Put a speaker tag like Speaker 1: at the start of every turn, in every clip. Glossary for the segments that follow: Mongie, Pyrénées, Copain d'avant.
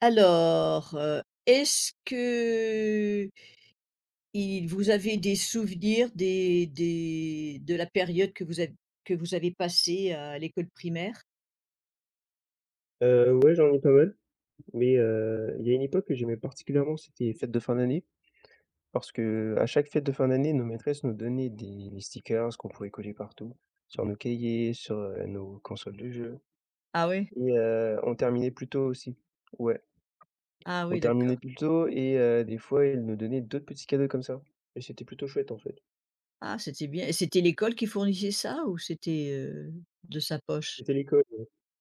Speaker 1: Est-ce que il vous avez des souvenirs des de la période que vous avez passée à l'école primaire?
Speaker 2: Ouais, j'en ai pas mal, mais il y a une époque que j'aimais particulièrement, c'était les fêtes de fin d'année, parce qu'à chaque fête de fin d'année, nos maîtresses nous donnaient des stickers qu'on pouvait coller partout, sur nos cahiers, sur, nos consoles de jeux
Speaker 1: Ah oui?
Speaker 2: et on terminait plus tôt aussi. Ouais,
Speaker 1: Ah
Speaker 2: on
Speaker 1: oui, d'accord.
Speaker 2: terminait plus tôt et des fois, elles nous donnaient d'autres petits cadeaux comme ça et c'était plutôt chouette, en fait.
Speaker 1: Ah, c'était bien. Et c'était l'école qui fournissait ça, ou c'était, de sa poche?
Speaker 2: C'était l'école,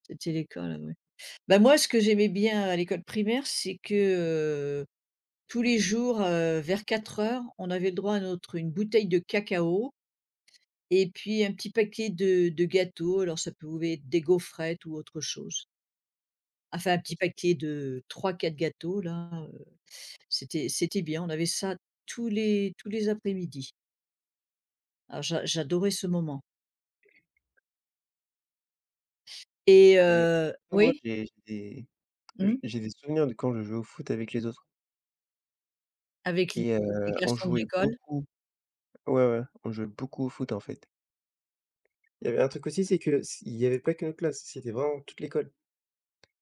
Speaker 1: C'était l'école, ah oui. Ben moi, ce que j'aimais bien à l'école primaire, c'est que, heu, tous les jours, vers 4 heures, on avait le droit à notre une bouteille de cacao. Et puis un petit paquet de gâteaux. Alors ça pouvait être des gaufrettes ou autre chose. Enfin un petit paquet de trois quatre gâteaux là, c'était bien, on avait ça tous les après-midi. Alors j'adorais ce moment et
Speaker 2: mais après moi,
Speaker 1: oui?
Speaker 2: j'ai j'ai des
Speaker 1: Mmh?
Speaker 2: j'ai des souvenirs de quand je jouais au foot avec les autres
Speaker 1: Avec les
Speaker 2: et on
Speaker 1: garçons de
Speaker 2: jouait
Speaker 1: l'école.
Speaker 2: beaucoup. Ouais, ouais, on jouait beaucoup au foot, en fait. Il y avait un truc aussi, c'est que s il y avait pas que notre classe, c'était vraiment toute l'école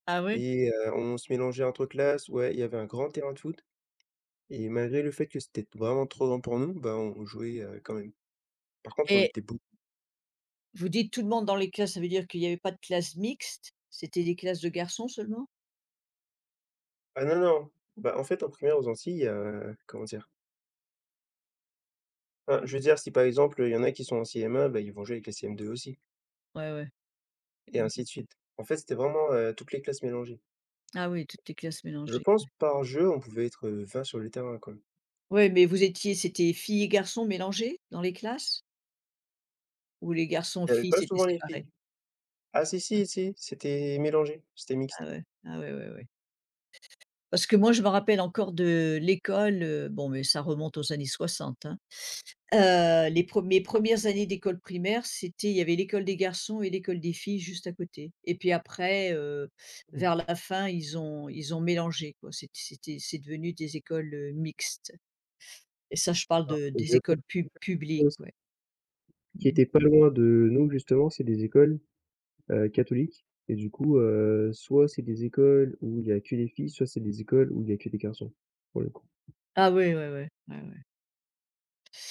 Speaker 1: Ah oui?
Speaker 2: et on se mélangeait entre classes, ouais, il y avait un grand terrain de foot et malgré le fait que c'était vraiment trop grand pour nous, bah, on jouait, quand même. Par contre, on
Speaker 1: Et
Speaker 2: était beaucoup.
Speaker 1: vous dites tout le monde dans les classes, ça veut dire qu'il y avait pas de classe mixte? C'était des classes de garçons seulement?
Speaker 2: Ah non, non, bah, en fait, en primaire aux Antilles, comment dire? Enfin, je veux dire, si par exemple, il y en a qui sont en CM1, bah, ils vont jouer avec les CM2 aussi
Speaker 1: Ouais, ouais.
Speaker 2: et
Speaker 1: Mmh.
Speaker 2: ainsi de suite. En fait, c'était vraiment, toutes les classes mélangées.
Speaker 1: Ah oui, toutes les classes
Speaker 2: Je
Speaker 1: mélangées,
Speaker 2: pense
Speaker 1: ouais.
Speaker 2: par jeu, on pouvait être, 20 sur le terrain, quoi.
Speaker 1: Ouais, mais vous étiez c'était filles et garçons mélangés dans les classes? Où les
Speaker 2: Il y avait
Speaker 1: garçons-filles
Speaker 2: pas
Speaker 1: s'étaient
Speaker 2: souvent les
Speaker 1: séparés.
Speaker 2: filles. Ah si, si, si, c'était mélangé, c'était
Speaker 1: Ah
Speaker 2: mixte.
Speaker 1: ouais, ah ouais, ouais, ouais. Parce que moi, je me rappelle encore de l'école, bon, mais ça remonte aux années soixante, hein. Les pre Mes premières années d'école primaire, c'était il y avait l'école des garçons et l'école des filles juste à côté. Et puis après, vers la fin, ils ont mélangé, quoi. C'est devenu des écoles, mixtes. Et ça, je parle
Speaker 2: Alors,
Speaker 1: de
Speaker 2: je
Speaker 1: des
Speaker 2: connais
Speaker 1: écoles
Speaker 2: des écoles
Speaker 1: publiques,
Speaker 2: aussi
Speaker 1: ouais.
Speaker 2: qui
Speaker 1: Mmh.
Speaker 2: étaient pas loin de nous justement, c'est des écoles, catholiques et du coup, soit c'est des écoles où il y a que des filles, soit c'est des écoles où il y a que des garçons, pour le coup.
Speaker 1: Ah oui, ouais, ouais, ouais, ouais.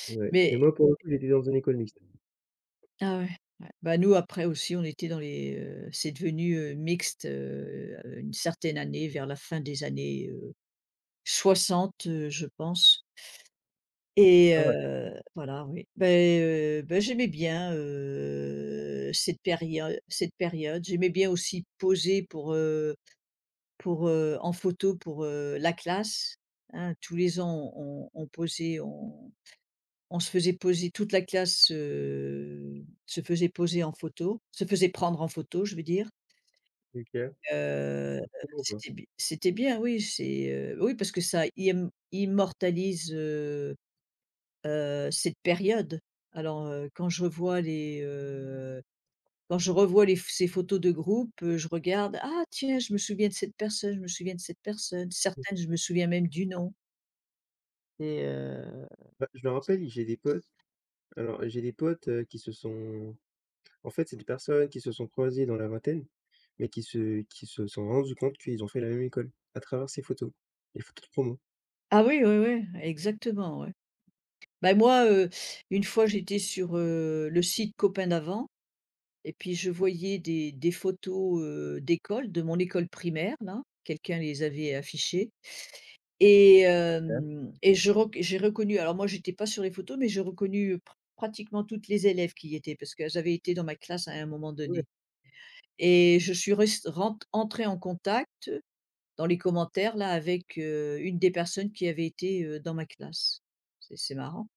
Speaker 2: Ouais,
Speaker 1: Mais
Speaker 2: mais moi pour le coup, j'étais dans une école mixte.
Speaker 1: ah ouais. Ouais. Bah, nous après aussi on était dans les, c'est devenu, mixte, à une certaine année, vers la fin des années, 60, je pense. Et
Speaker 2: Ah ouais,
Speaker 1: voilà, oui. Beh, bah, j'aimais bien, cette période. J'aimais bien aussi poser pour, en photo pour, la classe, hein. Tous les ans on posait, on se faisait poser toute la classe, se faisait poser en photo, se faisait prendre en photo, je veux dire.
Speaker 2: OK.
Speaker 1: Heu,
Speaker 2: Bon quoi.
Speaker 1: C'était bien, oui, c'est, oui, parce que ça im immortalise, cette période. Alors, quand je revois les ph ces photos de groupe, je regarde: «Ah tiens, je me souviens de cette personne, je me souviens de cette personne». Certaines, je me souviens même du nom. Et
Speaker 2: Bah, je me rappelle, j'ai des potes alors j'ai des potes, qui se sont en fait, c'est des personnes qui se sont croisées dans la vingtaine, mais qui se sont rendues compte qu'ils ont fait la même école, à travers ces photos, les photos de promo.
Speaker 1: ah oui, oui, oui, exactement, ouais. Ben moi, une fois j'étais sur, le site Copain d'avant. Et puis je voyais des photos, d'école, de mon école primaire là, quelqu'un les avait affichées. Et
Speaker 2: OK.
Speaker 1: hem et je rec j'ai reconnu, alors moi j'étais pas sur les photos, mais j'ai reconnu pr pratiquement toutes les élèves qui y étaient parce qu'elles avaient été dans ma classe à un moment donné. Et je suis rest rent entrée en contact dans les commentaires là avec, une des personnes qui avait été, dans ma classe. C'est marrant.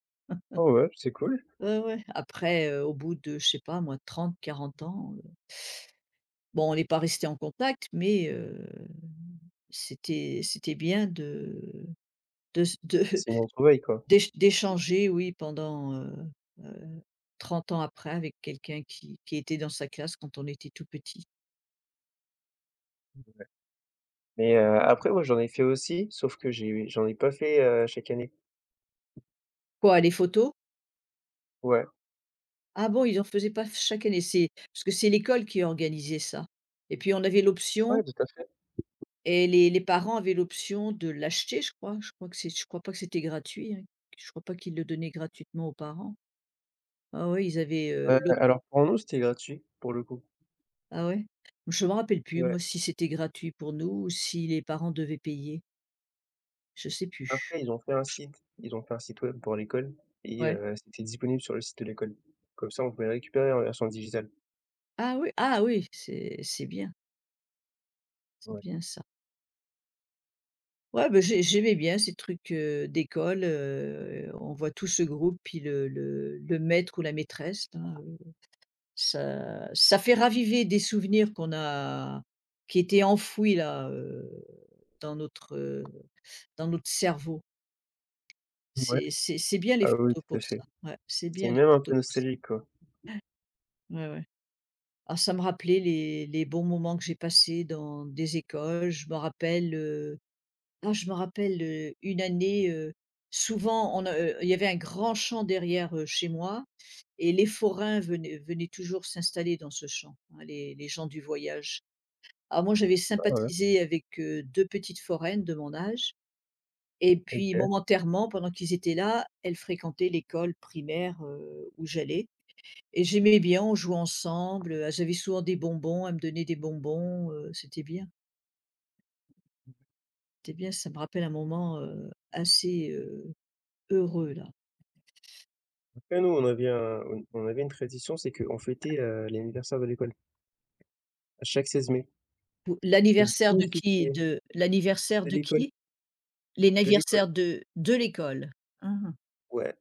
Speaker 2: Ah ouais, c'est cool.
Speaker 1: Ouais, ouais. Après, au bout de, je sais pas moi, 30, 40 ans, bon on n'est pas resté en contact, mais c'était bien de
Speaker 2: C'est une retrouvaille, quoi.
Speaker 1: d'échanger, oui, pendant, heu, 30 ans après avec quelqu'un qui était dans sa classe quand on était tout petit.
Speaker 2: Mais après, ouais, j'en ai fait aussi, sauf que j'en ai pas fait, chaque année.
Speaker 1: Quoi, les photos?
Speaker 2: Ouais,
Speaker 1: Ah bon, ils en faisaient pas chaque année? C'est parce que c'est l'école qui organisait ça et puis on avait
Speaker 2: ouais,
Speaker 1: l'option.
Speaker 2: tout à fait.
Speaker 1: Et les parents avaient l'option de l'acheter, je crois. Je crois que c'est Je crois pas que c'était gratuit, hein. Je crois pas qu'ils le donnaient gratuitement aux parents. Ah ouais, ils avaient,
Speaker 2: Heu,
Speaker 1: l'op
Speaker 2: alors pour nous, c'était gratuit, pour le coup.
Speaker 1: ah ouais? Je me rappelle plus,
Speaker 2: Ouais.
Speaker 1: moi, si c'était gratuit pour nous ou si les parents devaient payer. Je sais plus.
Speaker 2: Après, ils ont fait un site, ils ont fait un site web pour l'école et
Speaker 1: Ouais.
Speaker 2: c'était disponible sur le site de l'école. Comme ça, on pouvait le récupérer en version digitale.
Speaker 1: Ah oui, ah oui, c'est
Speaker 2: Ouais.
Speaker 1: bien ça. Ouais, ben j'aimais bien ces trucs, d'école, on voit tout ce groupe, puis le maître ou la maîtresse, là. Ça fait raviver des souvenirs qu'on a qui étaient enfouis là, dans notre, heu, dans notre cerveau.
Speaker 2: Ouais.
Speaker 1: C'est bien les
Speaker 2: Ah oui,
Speaker 1: photos
Speaker 2: tout
Speaker 1: pour
Speaker 2: à
Speaker 1: ça.
Speaker 2: fait.
Speaker 1: Ouais, c'est
Speaker 2: C'est
Speaker 1: bien les
Speaker 2: même un peu
Speaker 1: photos pour ça.
Speaker 2: nostalgique, quoi.
Speaker 1: Ouais, ouais. Ah, ça me rappelait les bons moments que j'ai passés dans des écoles. Je me rappelle, une année, il y avait un grand champ derrière, chez moi. Et les forains venaient toujours s'installer dans ce champ, hein, les gens du voyage. Alors moi, j'avais
Speaker 2: Ah ouais,
Speaker 1: sympathisé avec, 2 petites foraines de mon âge. Et puis
Speaker 2: OK.
Speaker 1: momentairement, pendant qu'ils étaient là, elles fréquentaient l'école primaire, où j'allais. Et j'aimais bien, on jouait ensemble, elles avaient souvent des bonbons, elles me donnaient des bonbons, c'était bien, ça me rappelle un moment, assez, heureux là.
Speaker 2: Après nous, on avait une tradition, c'est qu'on fêtait, l'anniversaire de l'école, à chaque 16 mai
Speaker 1: Pou
Speaker 2: et du
Speaker 1: L'anniversaire
Speaker 2: coup,
Speaker 1: de
Speaker 2: si
Speaker 1: qui?
Speaker 2: c'est
Speaker 1: De l'anniversaire
Speaker 2: de
Speaker 1: de
Speaker 2: l'école
Speaker 1: qui?
Speaker 2: de l'école,
Speaker 1: L'anniversaire de l'école. Mmh.
Speaker 2: ouais.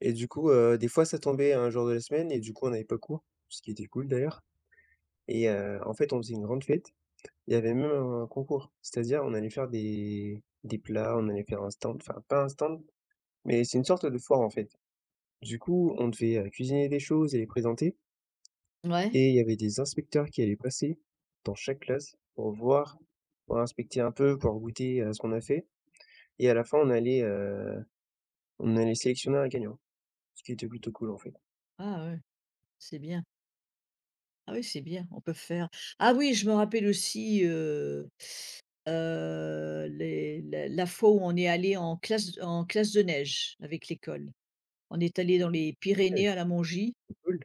Speaker 2: Et du coup, des fois, ça tombait un jour de la semaine et du coup, on n'avait pas cours, ce qui était cool d'ailleurs et en fait, on faisait une grande fête. Il y avait même un concours, c'est-à-dire on allait faire des plats, on allait faire un stand, enfin pas un stand, mais c'est une sorte de foire en fait. Du coup, on devait, cuisiner des choses et les présenter
Speaker 1: Ouais,
Speaker 2: et il y avait des inspecteurs qui allaient passer dans chaque classe pour voir, pour inspecter un peu, pour goûter à ce qu'on a fait et à la fin, on allait sélectionner un gagnant, ce qui était plutôt cool en fait.
Speaker 1: ah ouais, c'est bien. Ah oui, c'est bien, on peut faire ah oui, je me rappelle aussi, les la fois où on est allé en classe de neige avec l'école. On est allé dans les
Speaker 2: Ouais,
Speaker 1: Pyrénées à la Mongie.
Speaker 2: c'était cool.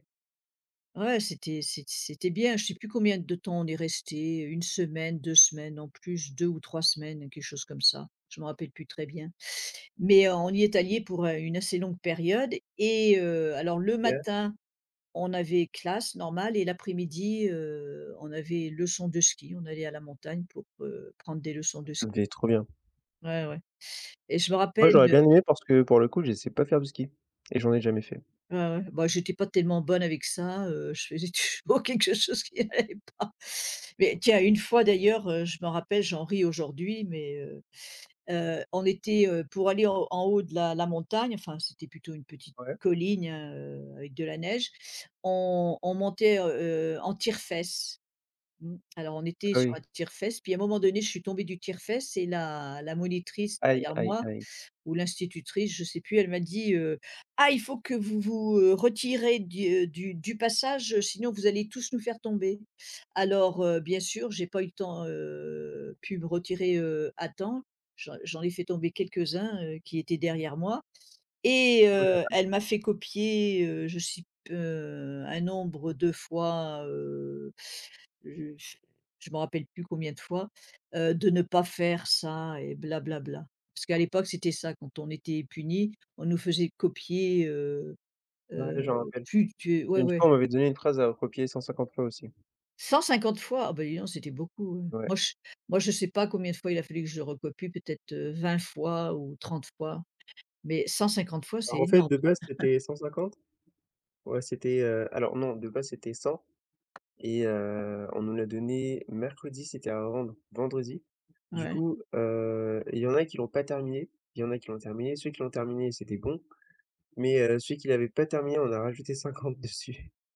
Speaker 1: Ouais, c'était bien. Je sais plus combien de temps on est resté, une semaine, 2 semaines en plus, 2 ou 3 semaines, quelque chose comme ça. Je me rappelle plus très bien. Mais, on y est allé pour, une assez longue période. Et alors le matin on avait classe normale et l'après-midi, on avait leçon de ski. On allait à la montagne pour, prendre des leçons de
Speaker 2: Ça
Speaker 1: ski.
Speaker 2: devait être trop bien.
Speaker 1: Ouais, ouais. Et
Speaker 2: Moi, j'aurais bien aimé parce que pour le coup, je sais pas faire du ski et j'en ai jamais fait.
Speaker 1: ouais, ouais, bah, j'étais pas tellement bonne avec ça, je faisais toujours quelque chose qui n'allait pas. Mais tiens, une fois d'ailleurs, je me rappelle, j'en ris aujourd'hui, mais on était, pour aller en haut de la montagne, enfin, c'était plutôt une petite
Speaker 2: Ouais.
Speaker 1: colline, hein, avec de la neige. On montait, en tire-fesses. Mmh. Alors on était
Speaker 2: Ah
Speaker 1: sur
Speaker 2: oui.
Speaker 1: un tire-fesses, puis à un moment donné, je suis tombée du tire-fesses et la monitrice
Speaker 2: Aïe,
Speaker 1: derrière
Speaker 2: aïe,
Speaker 1: moi
Speaker 2: aïe.
Speaker 1: ou l'institutrice, je ne sais plus, elle m'a dit: «Ah, il faut que vous vous, retirez du passage, sinon vous allez tous nous faire tomber». Alors, bien sûr, j'ai pas eu le temps, pu me retirer, à temps. J'en ai fait tomber quelques-uns, qui étaient derrière moi. Et
Speaker 2: Ouh là
Speaker 1: elle m'a fait copier, je sais p un nombre de fois, je je me rappelle plus combien de fois, de ne pas faire ça et blablabla. Parce qu'à l'époque, c'était ça, quand on était puni, on nous faisait copier,
Speaker 2: là. Ouais, j'en rappelle.
Speaker 1: plus tu ouais,
Speaker 2: Une fois,
Speaker 1: ouais,
Speaker 2: on m'avait donné une phrase à recopier 150 fois aussi.
Speaker 1: 150 fois! Ah bah, dis donc, c'était beaucoup, ouais.
Speaker 2: Ouais.
Speaker 1: Moi je sais pas combien de fois il a fallu que je le recopie, peut-être, 20 fois ou 30 fois, mais 150 fois, c'est
Speaker 2: Alors en fait,
Speaker 1: énorme.
Speaker 2: de base, c'était 150? Ouais, c'était, alors non, de base, c'était 100. Et on nous l'a donné mercredi, c'était à rendre vendredi. Du
Speaker 1: Ouais.
Speaker 2: coup, il y en a qui l'ont pas terminé, il y en a qui l'ont terminé. Ceux qui l'ont terminé, c'était bon, mais celui qui l'avait pas terminé, on a rajouté 50 dessus.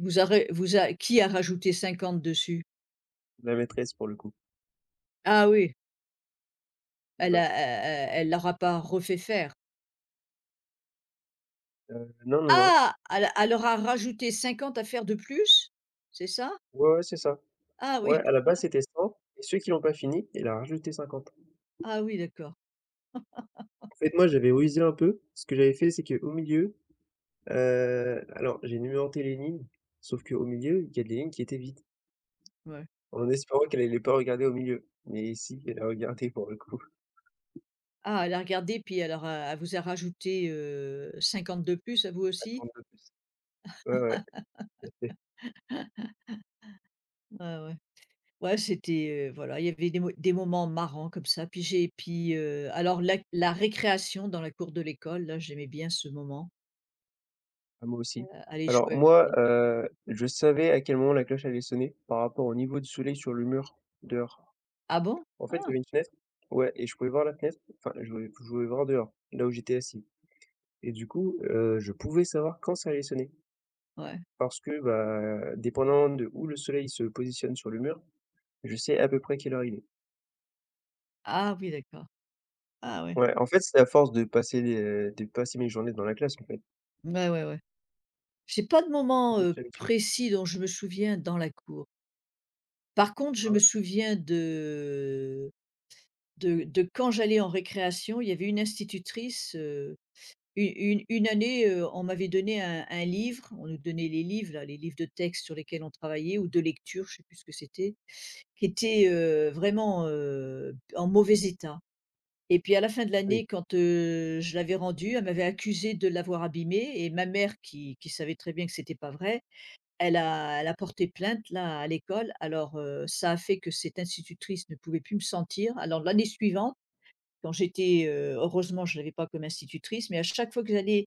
Speaker 1: Vous a vous a Qui a rajouté 50 dessus?
Speaker 2: La maîtresse, pour le coup.
Speaker 1: Ah oui, elle
Speaker 2: Ouais,
Speaker 1: a e e elle l'aura pas refait faire.
Speaker 2: non, non, non.
Speaker 1: Ah! Elle leur rajouté 50 à faire de plus? C'est ça?
Speaker 2: Ouais, ouais, c'est ça.
Speaker 1: Ah oui,
Speaker 2: Ouais, à la base, c'était 100 et ceux qui l'ont pas fini, il a rajouté 50.
Speaker 1: ah oui, d'accord,
Speaker 2: En fait, moi, j'avais révisé un peu. Ce que j'avais fait, c'est qu'au milieu, alors j'ai numéroté les lignes, sauf qu'au milieu, il y a des lignes qui étaient vides.
Speaker 1: ouais.
Speaker 2: En espérant qu'elle allait pas regarder au milieu. Mais si, elle a regardé pour le coup.
Speaker 1: Ah, elle a regardé puis elle vous a rajouté, 50 de plus à vous
Speaker 2: Elle
Speaker 1: aussi?
Speaker 2: compte de plus. Ouais, ouais, tout à fait.
Speaker 1: Ouais, ouais. Ouais, c'était, voilà, il y avait des moments marrants comme ça, puis j'ai puis, alors la récréation dans la cour de l'école, là, j'aimais bien ce moment,
Speaker 2: Ah, moi aussi.
Speaker 1: aller jouer
Speaker 2: Alors
Speaker 1: avec
Speaker 2: moi,
Speaker 1: les
Speaker 2: je savais à quel moment la cloche allait sonner par rapport au niveau du soleil sur le mur dehors.
Speaker 1: ah bon?
Speaker 2: En fait, il y
Speaker 1: Ah!
Speaker 2: avait une fenêtre ouais et je pouvais voir la fenêtre, enfin je pouvais voir dehors, là où j'étais assis et du coup, je pouvais savoir quand ça allait sonner
Speaker 1: Ouais.
Speaker 2: parce que, bah, dépendant de où le soleil se positionne sur le mur, je sais à peu près quelle heure il est.
Speaker 1: Ah oui, d'accord. Ah ouais.
Speaker 2: Ouais, en fait, c'est à force de passer les de passer mes journées dans la classe, en fait.
Speaker 1: Ouais, ouais, ouais. J'ai pas de moment,
Speaker 2: Mmh, d'habitude.
Speaker 1: précis dont je me souviens dans la cour. Par contre, je
Speaker 2: Ah
Speaker 1: me
Speaker 2: ouais?
Speaker 1: souviens de quand j'allais en récréation, il y avait une institutrice, u une année, on m'avait donné un livre. On nous donnait les livres là, les livres de texte sur lesquels on travaillait ou de lecture, je sais plus ce que c'était, qui était, vraiment, en mauvais état. Et puis à la fin de
Speaker 2: Ah oui,
Speaker 1: l'année, quand, je l'avais rendue, elle m'avait accusée de l'avoir abîmée. Et ma mère qui savait très bien que c'était pas vrai, elle a porté plainte là, à l'école. Alors, ça a fait que cette institutrice ne pouvait plus me sentir. Alors l'année suivante, quand heureusement je l'avais pas comme institutrice, mais à chaque fois que j'allais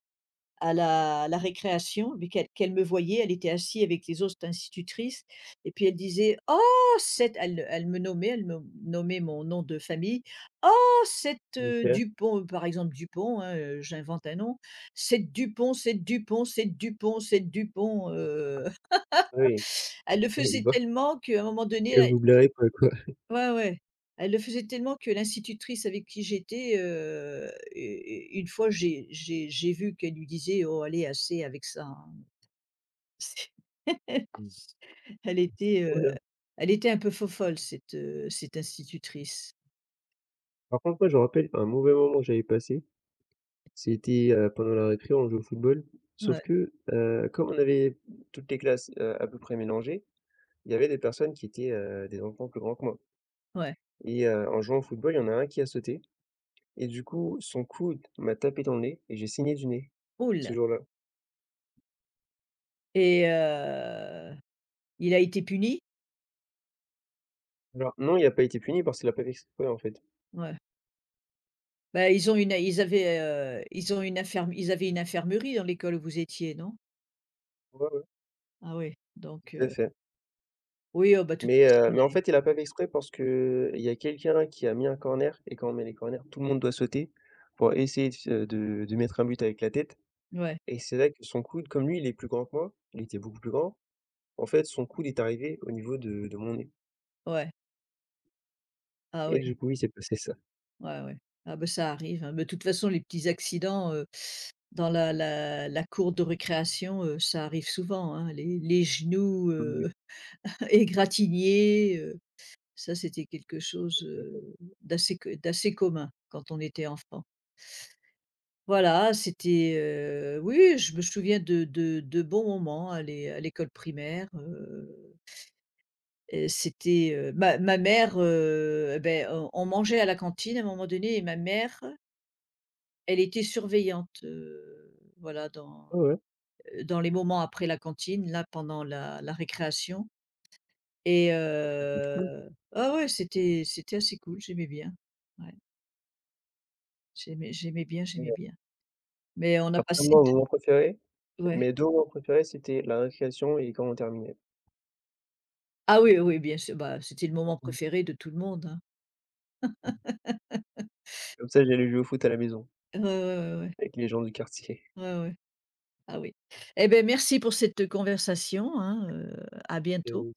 Speaker 1: à la récréation, mais qu'elle me voyait, elle était assise avec les autres institutrices. Et puis elle disait: «Oh cette», elle me nommait mon nom de famille. «Oh cette,
Speaker 2: OK.
Speaker 1: Dupont», par exemple Dupont, hein, j'invente un nom. «Cette Dupont, cette Dupont, cette Dupont, cette Dupont»,
Speaker 2: Ah oui.
Speaker 1: elle le
Speaker 2: Ah oui,
Speaker 1: faisait
Speaker 2: bah,
Speaker 1: tellement qu'à un moment donné
Speaker 2: que
Speaker 1: elle
Speaker 2: vous blairez pas, quoi.
Speaker 1: ouais, ouais, elle le faisait tellement que l'institutrice avec qui j'étais, u u une fois j'ai vu qu'elle lui disait: «Oh allez, assez avec ça, hein». C'est
Speaker 2: Mmh.
Speaker 1: elle était,
Speaker 2: Oh
Speaker 1: heu,
Speaker 2: là!
Speaker 1: elle était un peu faux-folle cette, cette institutrice.
Speaker 2: Par contre, moi, je me rappelle un mauvais moment que j'avais passé. C'était, pendant la récré, on jouait au football. Sauf
Speaker 1: Ouais,
Speaker 2: que, comme on avait toutes les classes, à peu près mélangées, il y avait des personnes qui étaient, des enfants plus grands que moi
Speaker 1: ouais.
Speaker 2: et en jouant au football, il y en a un qui a sauté et du coup, son coude m'a tapé dans le nez et j'ai saigné du nez,
Speaker 1: Ouh.
Speaker 2: ce jour-là.
Speaker 1: Et il a été puni?
Speaker 2: Alors non, il a pas été puni parce qu'il a pas fait exprès, en fait.
Speaker 1: Ouais. Bah, ils ont une ils avaient, ils ont une infirme ils avaient une infirmerie dans l'école où vous étiez, non?
Speaker 2: Ouais, ouais,
Speaker 1: Ah oui,
Speaker 2: tout à fait.
Speaker 1: oui, oh, bah, de toute
Speaker 2: Mais
Speaker 1: façon
Speaker 2: heu, mais en
Speaker 1: les
Speaker 2: fait, il a pas fait exprès parce que il y a quelqu'un qui a mis un corner et quand on met les corners, tout le monde doit sauter pour essayer de f de mettre un but avec la tête
Speaker 1: ouais,
Speaker 2: et c'est là que son coude, comme lui, il est plus grand que moi, il était beaucoup plus grand, en fait, son coude est arrivé au niveau de mon nez
Speaker 1: ouais. Ah
Speaker 2: et
Speaker 1: oui,
Speaker 2: du coup, il s'est passé ça.
Speaker 1: ouais, ouais. Ah bah, ça arrive, hein. Bah, de toute façon les petits accidents, dans la cour de récréation, ça arrive souvent, hein. Les genoux,
Speaker 2: Oui, oui.
Speaker 1: égratigner, ça c'était quelque chose, d'assez commun quand on était enfant. Voilà, c'était, oui, je me souviens de bons moments à l'école primaire, et c'était, ma mère, et on mangeait à la cantine à un moment donné. Et ma mère, elle était surveillante, voilà
Speaker 2: Ouais, ouais,
Speaker 1: dans les moments après la cantine, là pendant la récréation. Et
Speaker 2: ça peut être cool
Speaker 1: ah ouais, c'était assez cool, j'aimais bien. Ouais, j'aimais bien,
Speaker 2: et
Speaker 1: j'aimais bien. Mais on a
Speaker 2: après
Speaker 1: passé
Speaker 2: moi, mon moment préféré,
Speaker 1: Ouais.
Speaker 2: mes 2 moments préférés, c'était la récréation et quand on terminait.
Speaker 1: Ah oui, oui, bien sûr, bah, c'était le moment préféré de tout le monde, hein.
Speaker 2: Comme ça, j'allais jouer au foot à la maison
Speaker 1: Ouais, ouais, ouais, ouais.
Speaker 2: avec les gens du quartier.
Speaker 1: Ouais, ouais. Ah oui. Et beh, merci pour cette conversation, hein, à
Speaker 2: Et
Speaker 1: bientôt.
Speaker 2: oui.